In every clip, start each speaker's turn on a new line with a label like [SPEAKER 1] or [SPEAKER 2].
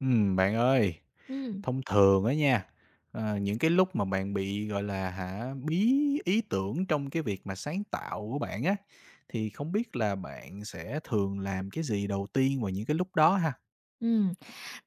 [SPEAKER 1] Bạn ơi,
[SPEAKER 2] Ừm,
[SPEAKER 1] thông thường á nha, những cái lúc mà bạn bị, gọi là, hả, bí ý tưởng trong cái việc mà sáng tạo của bạn á, thì không biết là bạn sẽ thường làm cái gì đầu tiên vào những cái lúc đó ha?
[SPEAKER 2] ừm.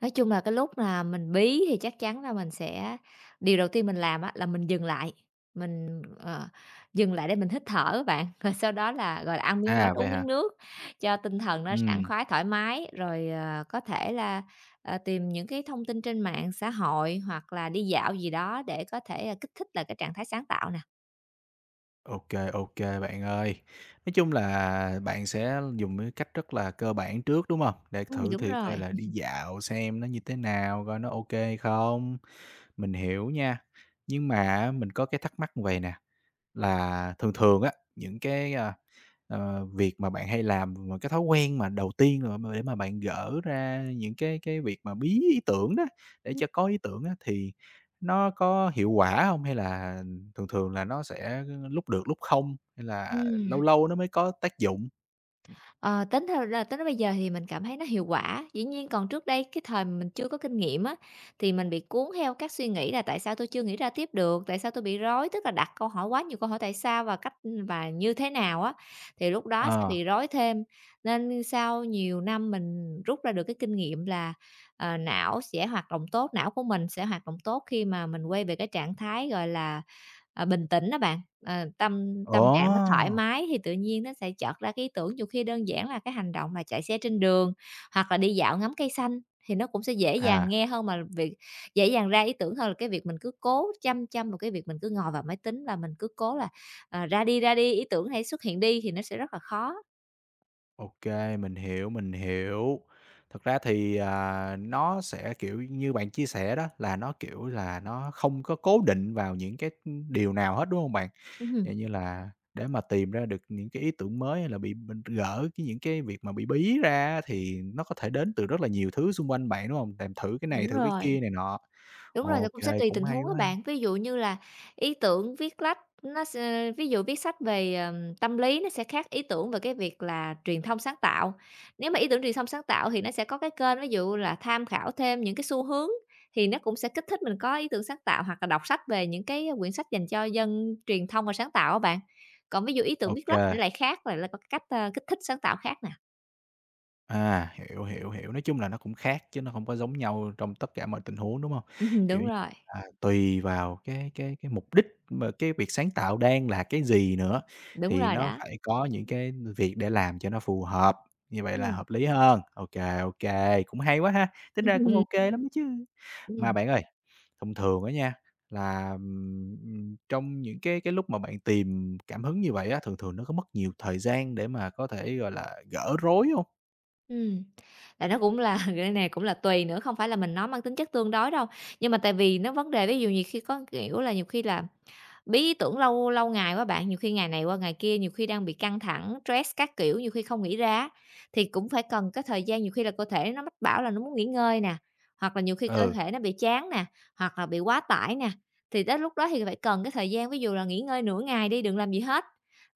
[SPEAKER 2] Nói chung là cái lúc mà mình bí thì chắc chắn là mình sẽ điều đầu tiên mình làm á là mình dừng lại, mình, ờ, dừng lại để mình hít thở á bạn, rồi sau đó là, gọi là, ăn miếng bánh,
[SPEAKER 1] À, vậy
[SPEAKER 2] uống miếng
[SPEAKER 1] hả?
[SPEAKER 2] nước cho tinh thần nó sảng
[SPEAKER 1] Ừm,
[SPEAKER 2] khoái, thoải mái. Có thể là, tìm những cái thông tin trên mạng xã hội hoặc là đi dạo gì đó để có thể, à, kích thích lại cái trạng thái sáng tạo nè.
[SPEAKER 1] ok ok bạn ơi. Nói chung là bạn sẽ dùng cái cách rất là cơ bản trước, đúng không? Để thử
[SPEAKER 2] Đúng
[SPEAKER 1] thì coi
[SPEAKER 2] rồi.
[SPEAKER 1] là đi dạo xem nó như thế nào, coi nó ok không. Mình hiểu nha, nhưng mà mình có cái thắc mắc vầy nè, là thường thường á, những cái, việc mà bạn hay làm mà cái thói quen mà đầu tiên rồi mà để mà bạn gỡ ra những cái việc mà bí ý tưởng đó, để cho có ý tưởng á, thì nó có hiệu quả không? Hay là thường thường là nó sẽ lúc được lúc không, hay là
[SPEAKER 2] Ừm.
[SPEAKER 1] lâu lâu nó mới có tác dụng?
[SPEAKER 2] Ờ, tính theo là tính đến bây giờ thì mình cảm thấy nó hiệu quả. Dĩ nhiên còn trước đây cái thời mà mình chưa có kinh nghiệm á, thì mình bị cuốn theo các suy nghĩ là tại sao tôi chưa nghĩ ra tiếp được, tại sao tôi bị rối, tức là đặt câu hỏi quá nhiều câu hỏi tại sao và cách và như thế nào á, thì lúc đó sẽ
[SPEAKER 1] Ờ.
[SPEAKER 2] bị rối thêm. Nên sau nhiều năm mình rút ra được cái kinh nghiệm là, não sẽ hoạt động tốt, não của mình sẽ hoạt động tốt khi mà mình quay về cái trạng thái, gọi là bình tĩnh đó bạn, tâm
[SPEAKER 1] Ồ!
[SPEAKER 2] tâm trạng nó thoải mái thì tự nhiên nó sẽ chợt ra cái ý tưởng, nhiều khi đơn giản là cái hành động là chạy xe trên đường hoặc là đi dạo ngắm cây xanh thì nó cũng sẽ dễ dàng
[SPEAKER 1] À.
[SPEAKER 2] nghe hơn mà việc dễ dàng ra ý tưởng hơn là cái việc mình cứ cố chăm chăm vào cái việc mình cứ ngồi vào máy tính và mình cứ cố là, ra đi, ý tưởng hay xuất hiện đi thì nó sẽ rất là khó.
[SPEAKER 1] OK, mình hiểu, mình hiểu. Thật ra thì, à, nó sẽ, kiểu, như bạn chia sẻ đó, là nó, kiểu là, nó không có cố định vào những cái, điều nào hết, đúng không bạn?
[SPEAKER 2] Ừm.
[SPEAKER 1] Dạng như là để mà tìm ra được những cái ý tưởng mới hay là bị mình gỡ cái những cái việc mà bị bí ra thì nó có thể đến từ rất là nhiều thứ xung quanh bạn, đúng không? Làm thử cái này,
[SPEAKER 2] Đúng
[SPEAKER 1] thử cái
[SPEAKER 2] rồi.
[SPEAKER 1] kia này nọ.
[SPEAKER 2] Đúng rồi, là
[SPEAKER 1] OK,
[SPEAKER 2] cũng sẽ tùy
[SPEAKER 1] cũng
[SPEAKER 2] tình
[SPEAKER 1] hay
[SPEAKER 2] huống á
[SPEAKER 1] quá ha.
[SPEAKER 2] bạn. Ví dụ như là ý tưởng viết lách nó sẽ ví dụ viết sách về, tâm lý nó sẽ khác ý tưởng về cái việc là truyền thông sáng tạo. Nếu mà ý tưởng truyền thông sáng tạo thì nó sẽ có cái kênh ví dụ là tham khảo thêm những cái xu hướng, thì nó cũng sẽ kích thích mình có ý tưởng sáng tạo hoặc là đọc sách về những cái quyển sách dành cho dân truyền thông và sáng tạo á bạn. Còn ví dụ ý tưởng viết lách thì nó
[SPEAKER 1] OK.
[SPEAKER 2] lại khác, lại là có cái cách, kích thích sáng tạo khác nè.
[SPEAKER 1] À, hiểu, hiểu, hiểu. Nói chung là nó cũng khác chứ nó không có giống nhau trong tất cả mọi tình huống, đúng không?
[SPEAKER 2] Ừm,
[SPEAKER 1] Kiểu
[SPEAKER 2] đúng
[SPEAKER 1] như
[SPEAKER 2] rồi,
[SPEAKER 1] là tùy vào cái mục đích mà cái việc sáng tạo đang là cái gì nữa,
[SPEAKER 2] đúng
[SPEAKER 1] thì
[SPEAKER 2] rồi
[SPEAKER 1] nó
[SPEAKER 2] đó.
[SPEAKER 1] phải có những cái việc để làm cho nó phù hợp, như vậy là
[SPEAKER 2] Ừm.
[SPEAKER 1] hợp lý hơn. Ok ok cũng hay quá ha, tính ra cũng
[SPEAKER 2] Ừm.
[SPEAKER 1] ok lắm đó chứ. Mà bạn ơi, thông thường á nha, là, trong những cái lúc mà bạn tìm cảm hứng như vậy á, thường thường nó có mất nhiều thời gian để mà có thể, gọi là, gỡ rối không?
[SPEAKER 2] Ừm, tại nó cũng là cái này cũng là tùy nữa, không phải là mình nói mang tính chất tương đối đâu. Nhưng mà tại vì nó vấn đề ví dụ như khi có, kiểu là, nhiều khi là Bí ý tưởng lâu lâu ngày quá bạn, nhiều khi ngày này qua ngày kia, nhiều khi đang bị căng thẳng, stress các kiểu, nhiều khi không nghĩ ra á, thì cũng phải cần cái thời gian, nhiều khi là cơ thể nó mách bảo là nó muốn nghỉ ngơi nè, hoặc là nhiều khi cơ
[SPEAKER 1] Ừ.
[SPEAKER 2] thể nó bị chán nè, hoặc là bị quá tải nè, thì tới lúc đó thì phải cần cái thời gian, ví dụ là nghỉ ngơi nửa ngày đi, đừng làm gì hết,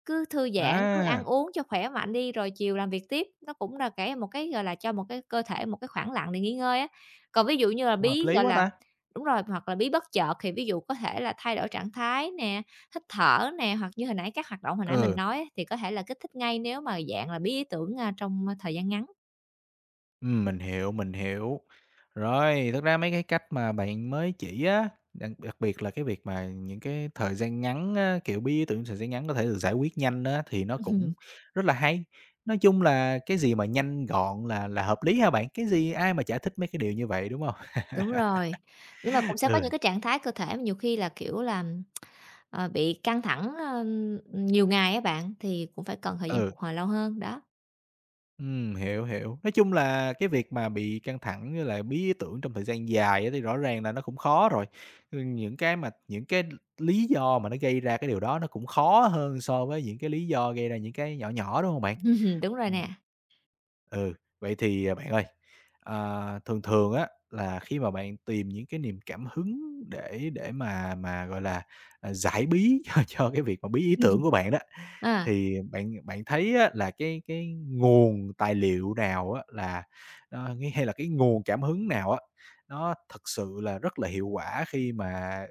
[SPEAKER 2] cứ thư giãn, cứ ăn
[SPEAKER 1] À,
[SPEAKER 2] uống cho khỏe mạnh đi, rồi chiều làm việc tiếp, nó cũng là cái một cái, gọi là, cho một cái cơ thể một cái khoảng lặng để nghỉ ngơi á. Còn ví dụ như là
[SPEAKER 1] cũng hợp
[SPEAKER 2] bí,
[SPEAKER 1] lý
[SPEAKER 2] gọi
[SPEAKER 1] quá
[SPEAKER 2] là
[SPEAKER 1] ta!
[SPEAKER 2] Đúng rồi, hoặc là bí bất chợt thì ví dụ có thể là thay đổi trạng thái nè, hít thở nè, hoặc như hồi nãy các hoạt động hồi nãy mình
[SPEAKER 1] Ừ,
[SPEAKER 2] nói á, thì có thể là kích thích ngay nếu mà dạng là bí ý tưởng thời gian ngắn.
[SPEAKER 1] mình hiểu, mình hiểu. Rồi, thực ra mấy cái cách mà bạn mới chỉ á, đặc đặc biệt là cái việc mà những cái thời gian ngắn á, kiểu, bí ý tưởng thời gian ngắn có thể được giải quyết nhanh á, thì nó
[SPEAKER 2] Ừm,
[SPEAKER 1] cũng rất là hay. Nói chung là cái gì mà nhanh gọn là hợp lý ha bạn? Cái gì ai mà chả thích mấy cái điều như vậy, đúng không?
[SPEAKER 2] đúng rồi, nhưng mà cũng sẽ có những
[SPEAKER 1] Ừ,
[SPEAKER 2] cái trạng thái cơ thể mà nhiều khi là, kiểu là, bị căng thẳng, nhiều ngày á bạn, thì cũng phải cần thời gian
[SPEAKER 1] ừ.
[SPEAKER 2] phục hồi lâu hơn, đó.
[SPEAKER 1] Hiểu, hiểu. Nói chung là cái việc mà bị căng thẳng với lại bí ý tưởng trong thời gian dài á thì rõ ràng là nó cũng khó rồi. Ừ, những cái mà những cái lý do mà nó gây ra cái điều đó nó cũng khó hơn so với những cái lý do gây ra những cái nhỏ nhỏ, đúng không bạn?
[SPEAKER 2] Đúng rồi nè.
[SPEAKER 1] Ừ, vậy thì, à, bạn ơi, à, thường thường á là khi mà bạn tìm những cái niềm cảm hứng để để mà, gọi là, à, giải bí cho cái việc mà bí ý tưởng của bạn đó,
[SPEAKER 2] À,
[SPEAKER 1] thì bạn bạn thấy á là cái nguồn tài liệu nào á là nó nghe hay là cái nguồn cảm hứng nào á, nó thực sự là rất là hiệu quả khi mà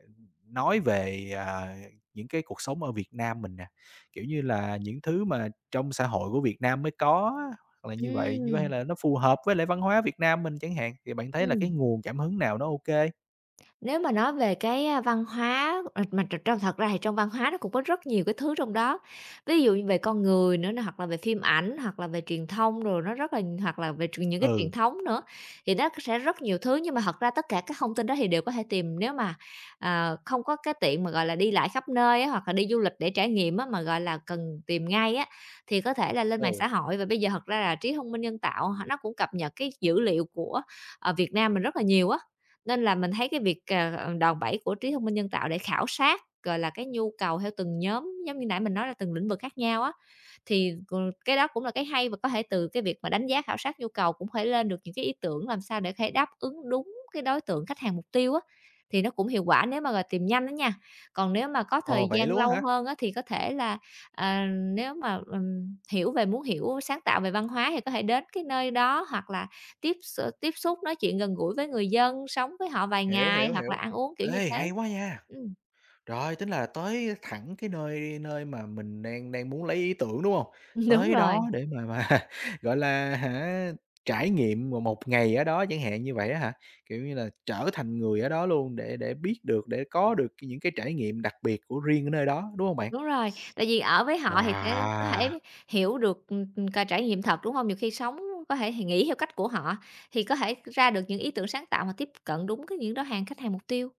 [SPEAKER 1] nói về, à, những cái cuộc sống ở Việt Nam mình nè? Kiểu như là, những thứ mà trong xã hội của Việt Nam mới có hoặc là như vậy
[SPEAKER 2] ừm,
[SPEAKER 1] là nó phù hợp với lại văn hóa Việt Nam mình chẳng hạn, thì bạn thấy là cái
[SPEAKER 2] ừm.
[SPEAKER 1] nguồn cảm hứng nào nó ok?
[SPEAKER 2] Nếu mà nói về cái văn hóa, mà trong thật ra thì trong văn hóa nó cũng có rất nhiều cái thứ trong đó. Ví dụ như về con người nữa nè, hoặc là về phim ảnh, hoặc là về truyền thông rồi nó rất là hoặc là về truyền những cái truyền
[SPEAKER 1] Ừ.
[SPEAKER 2] thống nữa, thì nó sẽ rất nhiều thứ. Nhưng mà thật ra tất cả các thông tin đó thì đều có thể tìm nếu mà, không có cái tiện mà, gọi là, đi lại khắp nơi á, hoặc là đi du lịch để trải nghiệm á, mà, gọi là, cần tìm ngay á, thì có thể là lên mạng
[SPEAKER 1] Ừ,
[SPEAKER 2] xã hội. Và bây giờ thật ra là trí thông minh nhân tạo nó cũng cập nhật cái dữ liệu của, Việt Nam mình rất là nhiều á. Nên là mình thấy cái việc, đòn bẩy của trí thông minh nhân tạo để khảo sát, gọi là, cái nhu cầu theo từng nhóm, giống như nãy mình nói là từng lĩnh vực khác nhau á, thì, cái đó cũng là cái hay và có thể từ cái việc mà đánh giá khảo sát nhu cầu cũng thể lên được những cái ý tưởng làm sao để có thể đáp ứng đúng cái đối tượng khách hàng mục tiêu á, thì nó cũng hiệu quả nếu mà, gọi, tìm nhanh đó nha. Còn nếu mà có
[SPEAKER 1] ồ,
[SPEAKER 2] thời
[SPEAKER 1] vậy
[SPEAKER 2] gian
[SPEAKER 1] luôn á
[SPEAKER 2] lâu
[SPEAKER 1] hả?
[SPEAKER 2] hơn á thì có thể là, à, nếu mà, hiểu về muốn hiểu sáng tạo về văn hóa thì có thể đến cái nơi đó hoặc là Tiếp xúc, nói chuyện gần gũi với người dân, sống với họ vài
[SPEAKER 1] Hiểu,
[SPEAKER 2] ngày
[SPEAKER 1] hiểu,
[SPEAKER 2] hoặc là
[SPEAKER 1] hiểu.
[SPEAKER 2] ăn uống, kiểu như
[SPEAKER 1] Ê,
[SPEAKER 2] thế.
[SPEAKER 1] hay quá nha!
[SPEAKER 2] Ừm,
[SPEAKER 1] Rồi, tính là tới thẳng cái nơi nơi mà mình đang đang muốn lấy ý tưởng, đúng hông?
[SPEAKER 2] đúng
[SPEAKER 1] Tới
[SPEAKER 2] rồi,
[SPEAKER 1] đó để mà, gọi là, hả, trải nghiệm một một ngày ở đó chẳng hạn như vậy á hả? Kiểu như là, trở thành người ở đó luôn để biết được, để có được cái- những cái trải nghiệm đặc biệt của riêng ở nơi đó, đúng hông bạn?
[SPEAKER 2] đúng rồi, tại vì ở với họ thì sẽ có
[SPEAKER 1] Wow!
[SPEAKER 2] thể hiểu được, cả trải nghiệm thật, đúng không? Nhiều khi sống có thể thì nghĩ theo cách của họ, thì có thể ra được những ý tưởng sáng tạo mà tiếp cận đúng cái những đối hàng khách hàng mục tiêu.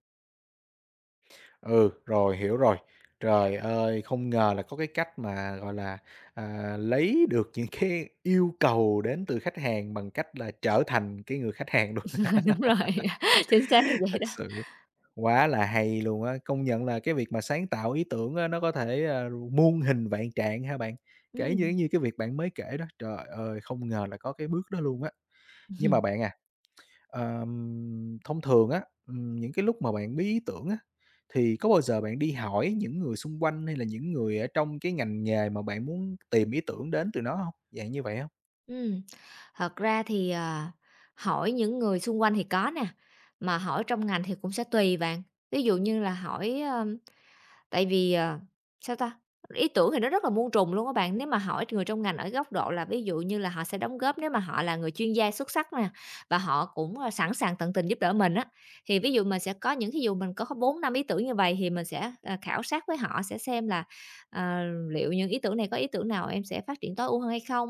[SPEAKER 1] Ừ, rồi, hiểu rồi. Trời ơi, không ngờ là có cái cách mà, gọi là, à, lấy được những cái yêu cầu đến từ khách hàng bằng cách là trở thành cái người khách hàng luôn,
[SPEAKER 2] đúng rồi, chính xác là vậy
[SPEAKER 1] thật
[SPEAKER 2] đó.
[SPEAKER 1] sự quá là hay luôn á. Công nhận là cái việc mà sáng tạo ý tưởng á, nó có thể, à, muôn hình vạn trạng ha bạn, kể như
[SPEAKER 2] Ừm,
[SPEAKER 1] như cái việc bạn mới kể đó, trời ơi, không ngờ là có cái bước đó luôn á. Nhưng mà bạn à, ờm, thông thường á, những cái lúc mà bạn bí ý tưởng á, thì có bao giờ bạn đi hỏi những người xung quanh hay là những người ở trong cái ngành nghề mà bạn muốn tìm ý tưởng đến từ nó hông? Dạng như vậy hông?
[SPEAKER 2] ừm, thật ra thì, hỏi những người xung quanh thì có nè, mà hỏi trong ngành thì cũng sẽ tùy bạn. Ví dụ như là hỏi, Tại vì, ờ, sao ta, ý tưởng thì nó rất là muôn trùng luôn các bạn. Nếu mà hỏi người trong ngành ở góc độ là ví dụ như là họ sẽ đóng góp nếu mà họ là người chuyên gia xuất sắc nè, và họ cũng sẵn sàng tận tình giúp đỡ mình á, thì ví dụ mình sẽ có những thí dụ mình có 4 5 ý tưởng như vậy thì mình sẽ, khảo sát với họ sẽ xem là, ờ, liệu những ý tưởng này có ý tưởng nào em sẽ phát triển tối ưu hơn hay không?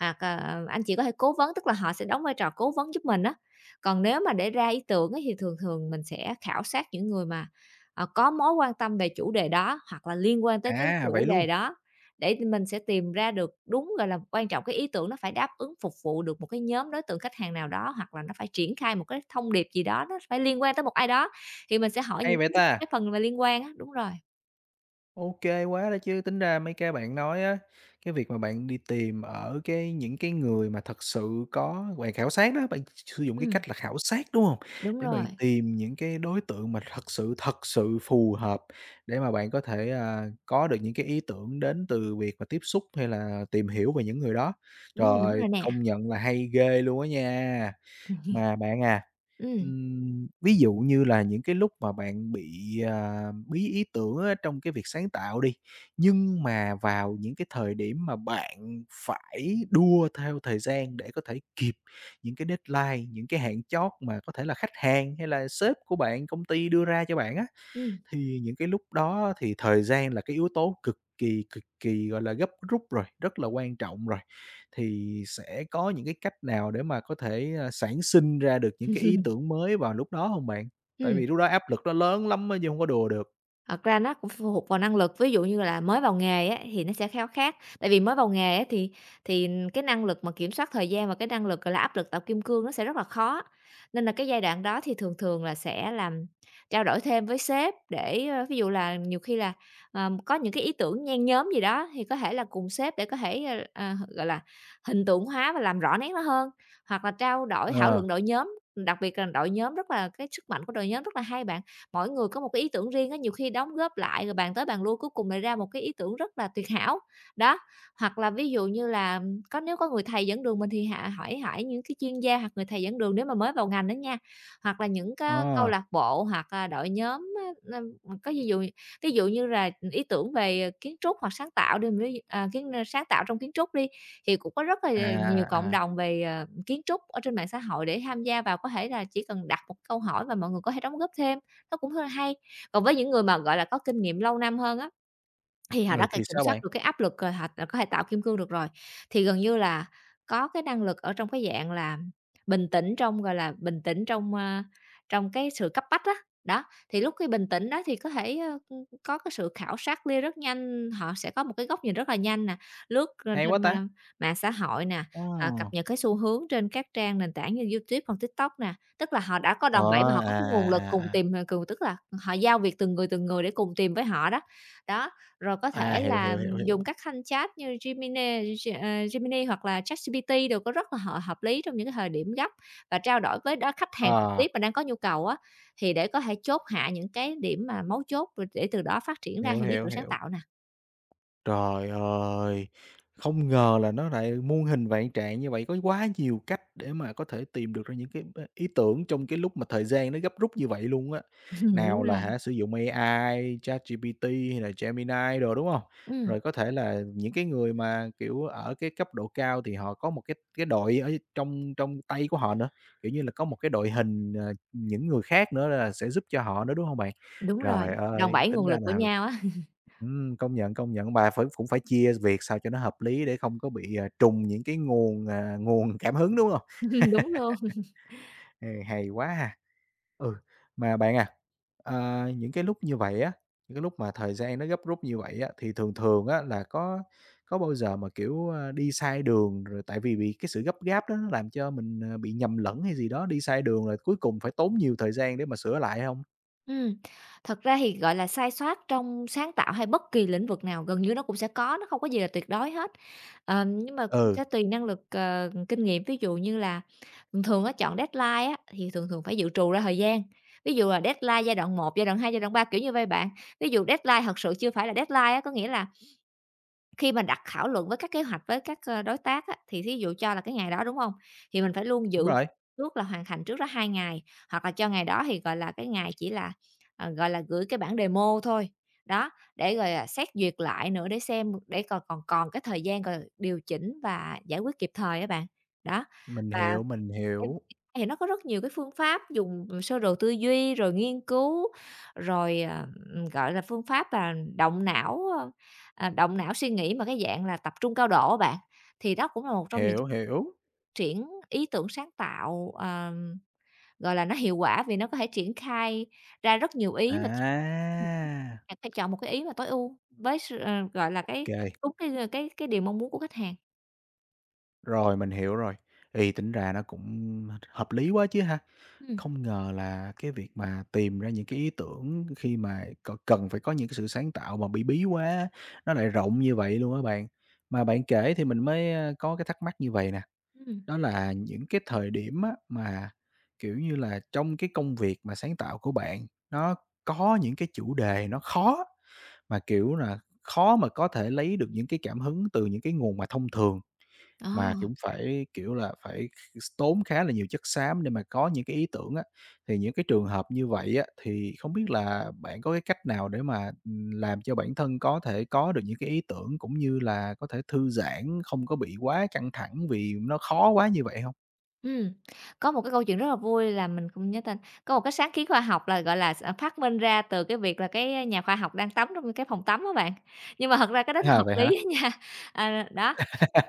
[SPEAKER 2] Hoặc, anh chị có thể cố vấn, tức là họ sẽ đóng vai trò cố vấn giúp mình á. Còn nếu mà để ra ý tưởng á thì thường thường mình sẽ khảo sát những người mà có mối quan tâm về chủ đề đó hoặc là liên quan tới cái
[SPEAKER 1] À,
[SPEAKER 2] chủ
[SPEAKER 1] vậy luôn,
[SPEAKER 2] đề đó để thì mình sẽ tìm ra được đúng, gọi là, quan trọng cái ý tưởng nó phải đáp ứng phục vụ được một cái nhóm đối tượng khách hàng nào đó, hoặc là nó phải triển khai một cái thông điệp gì đó, nó phải liên quan tới một ai đó, thì mình sẽ hỏi
[SPEAKER 1] hay
[SPEAKER 2] những
[SPEAKER 1] vậy ta!
[SPEAKER 2] cái phần mà liên quan á. Đúng rồi,
[SPEAKER 1] OK quá đó chứ, tính ra mấy cái bạn nói á, cái việc mà bạn đi tìm ở cái những cái người mà thật sự có bạn khảo sát đó, bạn sử dụng cái
[SPEAKER 2] ừm,
[SPEAKER 1] cách là khảo sát, đúng không?
[SPEAKER 2] đúng
[SPEAKER 1] Để bạn
[SPEAKER 2] rồi,
[SPEAKER 1] tìm những cái đối tượng mà thật sự phù hợp để mà bạn có thể, à, có được những cái ý tưởng đến từ việc mà tiếp xúc hay là tìm hiểu về những người đó. Trời
[SPEAKER 2] đúng
[SPEAKER 1] ơi,
[SPEAKER 2] rồi nè.
[SPEAKER 1] công nhận là hay ghê luôn á nha! Mà bạn à,
[SPEAKER 2] Ừm,
[SPEAKER 1] ừm, ví dụ như là những cái lúc mà bạn bị, à, bí ý tưởng á trong cái việc sáng tạo đi, nhưng mà vào những cái thời điểm mà bạn phải đua theo thời gian để có thể kịp những cái deadline, những cái hạn chót mà có thể là khách hàng hay là sếp của bạn, công ty đưa ra cho bạn á?
[SPEAKER 2] ừm,
[SPEAKER 1] Thì những cái lúc đó thì thời gian là cái yếu tố cực kỳ, gọi là, gấp rút rồi, rất là quan trọng rồi. Thì sẽ có những cái cách nào để mà có thể, a, sản sinh ra được những cái ý tưởng mới vào lúc đó không bạn? Tại
[SPEAKER 2] ừm.
[SPEAKER 1] vì lúc đó áp lực nó lớn lắm á chứ hông có đùa được.
[SPEAKER 2] Thật ra nó cũng phụ thuộc vào năng lực, ví dụ như là mới vào nghề á thì nó sẽ khéo khác, tại vì mới vào nghề á thì cái năng lực mà kiểm soát thời gian và cái năng lực, gọi là, áp lực tạo kim cương nó sẽ rất là khó. Nên là cái giai đoạn đó thì thường thường là sẽ làm trao đổi thêm với sếp để, ví dụ là nhiều khi là, có những cái ý tưởng nhen nhóm gì đó thì có thể là cùng sếp để có thể, gọi là, hình tượng hóa và làm rõ nét nó hơn, hoặc là trao đổi thảo
[SPEAKER 1] Ờ,
[SPEAKER 2] luận đội nhóm, đặc biệt là đội nhóm rất là cái sức mạnh của đội nhóm rất là hay bạn, mỗi người có một cái ý tưởng riêng á, nhiều khi đóng góp lại rồi bàn tới bàn lui cuối cùng lại ra một cái ý tưởng rất là tuyệt hảo. Đó, hoặc là ví dụ như là có nếu có người thầy dẫn đường mình thì hạ hỏi hỏi những cái chuyên gia hoặc người thầy dẫn đường nếu mà mới vào ngành đó nha, hoặc là những cái câu
[SPEAKER 1] ờ,
[SPEAKER 2] lạc bộ hoặc, đội nhóm á, ơ, có ví dụ như là ý tưởng về kiến trúc hoặc sáng tạo đi, ví dụ- à, kiến ờ, sáng tạo trong kiến trúc đi, thì cũng có rất là
[SPEAKER 1] à,
[SPEAKER 2] nhiều cộng
[SPEAKER 1] à, à,
[SPEAKER 2] đồng về, kiến trúc ở trên mạng xã hội để tham gia vào, có thể là chỉ cần đặt một câu hỏi và mọi người có thể đóng góp thêm, nó cũng hơi hay. Còn với những người mà, gọi là, có kinh nghiệm lâu năm hơn á, thì họ đã
[SPEAKER 1] ừ, thì
[SPEAKER 2] kiểm
[SPEAKER 1] sao
[SPEAKER 2] soát
[SPEAKER 1] bạn?
[SPEAKER 2] được cái áp lực rồi, họ đã có thể tạo kim cương được rồi. Thì gần như là có cái năng lực ở trong cái dạng là bình tĩnh trong, gọi là, bình tĩnh trong, trong cái sự cấp bách đó. Đó, thì lúc cái bình tĩnh đó thì có thể, có cái sự khảo sát lia rất nhanh, họ sẽ có một cái góc nhìn rất là nhanh nè, lướt,
[SPEAKER 1] Hay quá
[SPEAKER 2] trên,
[SPEAKER 1] ta!
[SPEAKER 2] mạng xã hội nè,
[SPEAKER 1] Ờ,
[SPEAKER 2] cập nhật cái xu hướng trên các trang nền tảng như YouTube hoặc TikTok nè. Tức là họ đã có
[SPEAKER 1] ờ,
[SPEAKER 2] đòn bẩy và
[SPEAKER 1] à,
[SPEAKER 2] họ có cái nguồn lực
[SPEAKER 1] à, à,
[SPEAKER 2] cùng
[SPEAKER 1] à.
[SPEAKER 2] tìm, cùng tức là họ giao việc từng người để cùng tìm với họ đó. Đó, rồi có thể
[SPEAKER 1] À, hiểu,
[SPEAKER 2] là
[SPEAKER 1] hiểu, hiểu, hiểu.
[SPEAKER 2] dùng các thanh chat như Gemini, Gemini hoặc là ChatGPT đều có rất là hợp lý trong những cái thời điểm gấp, và trao đổi với đó khách hàng trực
[SPEAKER 1] Ờ,
[SPEAKER 2] tiếp mà đang có nhu cầu á, thì để có thể chốt hạ những cái điểm mà mấu chốt rồi để từ đó phát triển ra
[SPEAKER 1] hiểu,
[SPEAKER 2] thêm ý
[SPEAKER 1] hiểu,
[SPEAKER 2] tưởng sáng
[SPEAKER 1] hiểu.
[SPEAKER 2] tạo nè.
[SPEAKER 1] Trời ơi! Không ngờ là nó lại muôn hình vạn trạng như vậy, có quá nhiều cách để mà có thể tìm được ra những cái b ý tưởng trong cái lúc mà thời gian nó gấp rút như vậy luôn á.
[SPEAKER 2] Đúng
[SPEAKER 1] Nào là
[SPEAKER 2] rồi,
[SPEAKER 1] hả, sử dụng AI, ChatGPT hay là Gemini rồi đúng không?
[SPEAKER 2] ừm,
[SPEAKER 1] Rồi có thể là những cái người mà, kiểu, ở cái cấp độ cao thì họ có một cái đội ở trong trong tay của họ nữa, kiểu như là, có một cái đội hình, ờ, những người khác nữa là sẽ giúp cho họ nữa, đúng không bạn?
[SPEAKER 2] đúng rồi,
[SPEAKER 1] Trời
[SPEAKER 2] đòn
[SPEAKER 1] ơi,
[SPEAKER 2] bẩy nguồn
[SPEAKER 1] tính ra
[SPEAKER 2] lực của
[SPEAKER 1] là
[SPEAKER 2] nhau á,
[SPEAKER 1] ừm, công nhận, bà phải cũng phải chia việc sao cho nó hợp lý để không có bị, à, trùng những cái nguồn, à, nguồn cảm hứng, đúng không?
[SPEAKER 2] đúng luôn.
[SPEAKER 1] Ừ, hay quá ha! Ừ, mà bạn à, những cái lúc như vậy á, những cái lúc mà thời gian nó gấp rút như vậy á, thì thường thường á là có bao giờ mà, kiểu, ơ, đi sai đường rồi tại vì bị cái sự gấp gáp đó nó làm cho mình, ờ, bị nhầm lẫn hay gì đó, đi sai đường rồi cuối cùng phải tốn nhiều thời gian để mà sửa lại không?
[SPEAKER 2] Ừm, thật ra thì, gọi là, sai sót trong sáng tạo hay bất kỳ lĩnh vực nào gần như nó cũng sẽ có, nó không có gì là tuyệt đối hết. Nhưng mà cũng
[SPEAKER 1] Ừ,
[SPEAKER 2] sẽ tùy năng lực, kinh nghiệm, ví dụ như là thường thường á, chọn deadline á, thì thường thường phải dự trù ra thời gian. Ví dụ là deadline giai đoạn một, giai đoạn hai, giai đoạn 3 kiểu như vậy bạn. Ví dụ deadline thật sự chưa phải là deadline á, có nghĩa là khi mà đặt thảo luận với các kế hoạch với các, đối tác á, thì thí dụ cho là cái ngày đó, đúng không? Thì mình phải luôn dự
[SPEAKER 1] đúng rồi,
[SPEAKER 2] trước là hoàn thành trước đó 2 ngày, hoặc là cho ngày đó thì, gọi là, cái ngày chỉ là, gọi là, gửi cái bản demo thôi. Đó, để rồi, xét duyệt lại nữa để xem để còn còn còn cái thời gian, gọi điều chỉnh và giải quyết kịp thời các bạn. Đó, và
[SPEAKER 1] mình
[SPEAKER 2] em
[SPEAKER 1] hiểu,
[SPEAKER 2] thì nó có rất nhiều cái phương pháp dùng, sơ đồ tư duy, rồi nghiên cứu, rồi, gọi là, phương pháp là động não, à, động não suy nghĩ mà cái dạng là tập trung cao độ á bạn, thì đó cũng là một trong những cái
[SPEAKER 1] hiểu, hiểu.
[SPEAKER 2] triển ý tưởng sáng tạo, gọi là, nó hiệu quả vì nó có thể triển khai ra rất nhiều ý, và
[SPEAKER 1] À!
[SPEAKER 2] bạn phải chọn một cái ý mà tối ưu với sự gọi là, cái
[SPEAKER 1] Kê,
[SPEAKER 2] đúng cái, cái cái điều mong muốn của khách hàng.
[SPEAKER 1] rồi mình hiểu rồi. Thì tính ra nó cũng hợp lý quá chứ ha.
[SPEAKER 2] Ừm,
[SPEAKER 1] Không ngờ là cái việc mà tìm ra những cái ý tưởng khi mà c cần phải có những cái sự sáng tạo mà bị bí quá á, nó lại rộng như vậy luôn á bạn. Mà bạn kể thì mình mới, a, có cái thắc mắc như vậy nè,
[SPEAKER 2] ừm,
[SPEAKER 1] đó là những cái thời điểm á mà, kiểu như là, trong cái công việc mà sáng tạo của bạn, nó có những cái chủ đề nó khó, mà, kiểu là, khó mà có thể lấy được những cái cảm hứng từ những cái nguồn mà thông thường. Mà
[SPEAKER 2] ờ.
[SPEAKER 1] cũng phải, kiểu là, phải tốn khá là nhiều chất xám để mà có những cái ý tưởng á. Thì những cái trường hợp như vậy á, thì không biết là bạn có cái cách nào để mà, làm cho bản thân có thể có được những cái ý tưởng, cũng như là có thể thư giãn, không có bị quá căng thẳng vì nó khó quá như vậy không?
[SPEAKER 2] Ừm, có một cái câu chuyện rất là vui là mình không nhớ tên, có một cái sáng kiến khoa học là, gọi là, phát minh ra từ cái việc là cái nhà khoa học đang tắm trong cái phòng tắm á bạn. Nhưng mà thật ra cái đó nó
[SPEAKER 1] À,
[SPEAKER 2] hợp
[SPEAKER 1] vậy hả?
[SPEAKER 2] lý á nha. à, đó,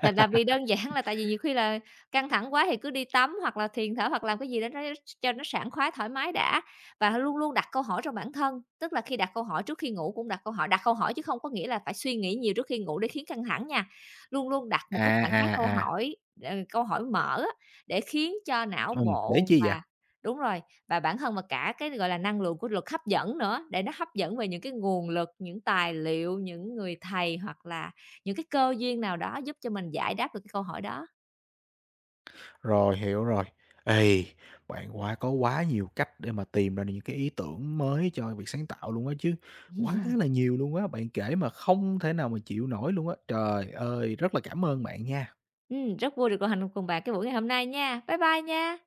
[SPEAKER 2] là vì đơn giản là tại vì nhiều khi là căng thẳng quá thì cứ đi tắm hoặc là thiền thở hoặc làm cái gì đó nó cho nó sảng khoái, thoải mái đã. Và luôn luôn đặt câu hỏi trong bản thân, tức là khi đặt câu hỏi trước khi ngủ cũng đặt câu hỏi chứ không có nghĩa là phải suy nghĩ nhiều trước khi ngủ để khiến căng thẳng nha. Luôn luôn đặt một
[SPEAKER 1] À,
[SPEAKER 2] cái trạng thái câu
[SPEAKER 1] à, à,
[SPEAKER 2] hỏi, câu hỏi mở á, để khiến cho não
[SPEAKER 1] để
[SPEAKER 2] bộ
[SPEAKER 1] chi vậy?
[SPEAKER 2] và đúng rồi, và bản thân và cả cái, gọi là, năng lượng của luật hấp dẫn nữa, để nó hấp dẫn về những cái nguồn lực, những tài liệu, những người thầy hoặc là những cái cơ duyên nào đó giúp cho mình giải đáp được cái câu hỏi đó.
[SPEAKER 1] Rồi, hiểu rồi. Ê, bạn quá có quá nhiều cách để mà tìm ra những cái ý tưởng mới cho việc sáng tạo luôn á chứ. Quá là nhiều luôn á, bạn kể mà không thể nào mà chịu nổi luôn á. Trời ơi, rất là cảm ơn bạn nha.
[SPEAKER 2] Rất vui được đồng hành cùng bạn cái buổi ngày hôm nay nha. Bye bye nha.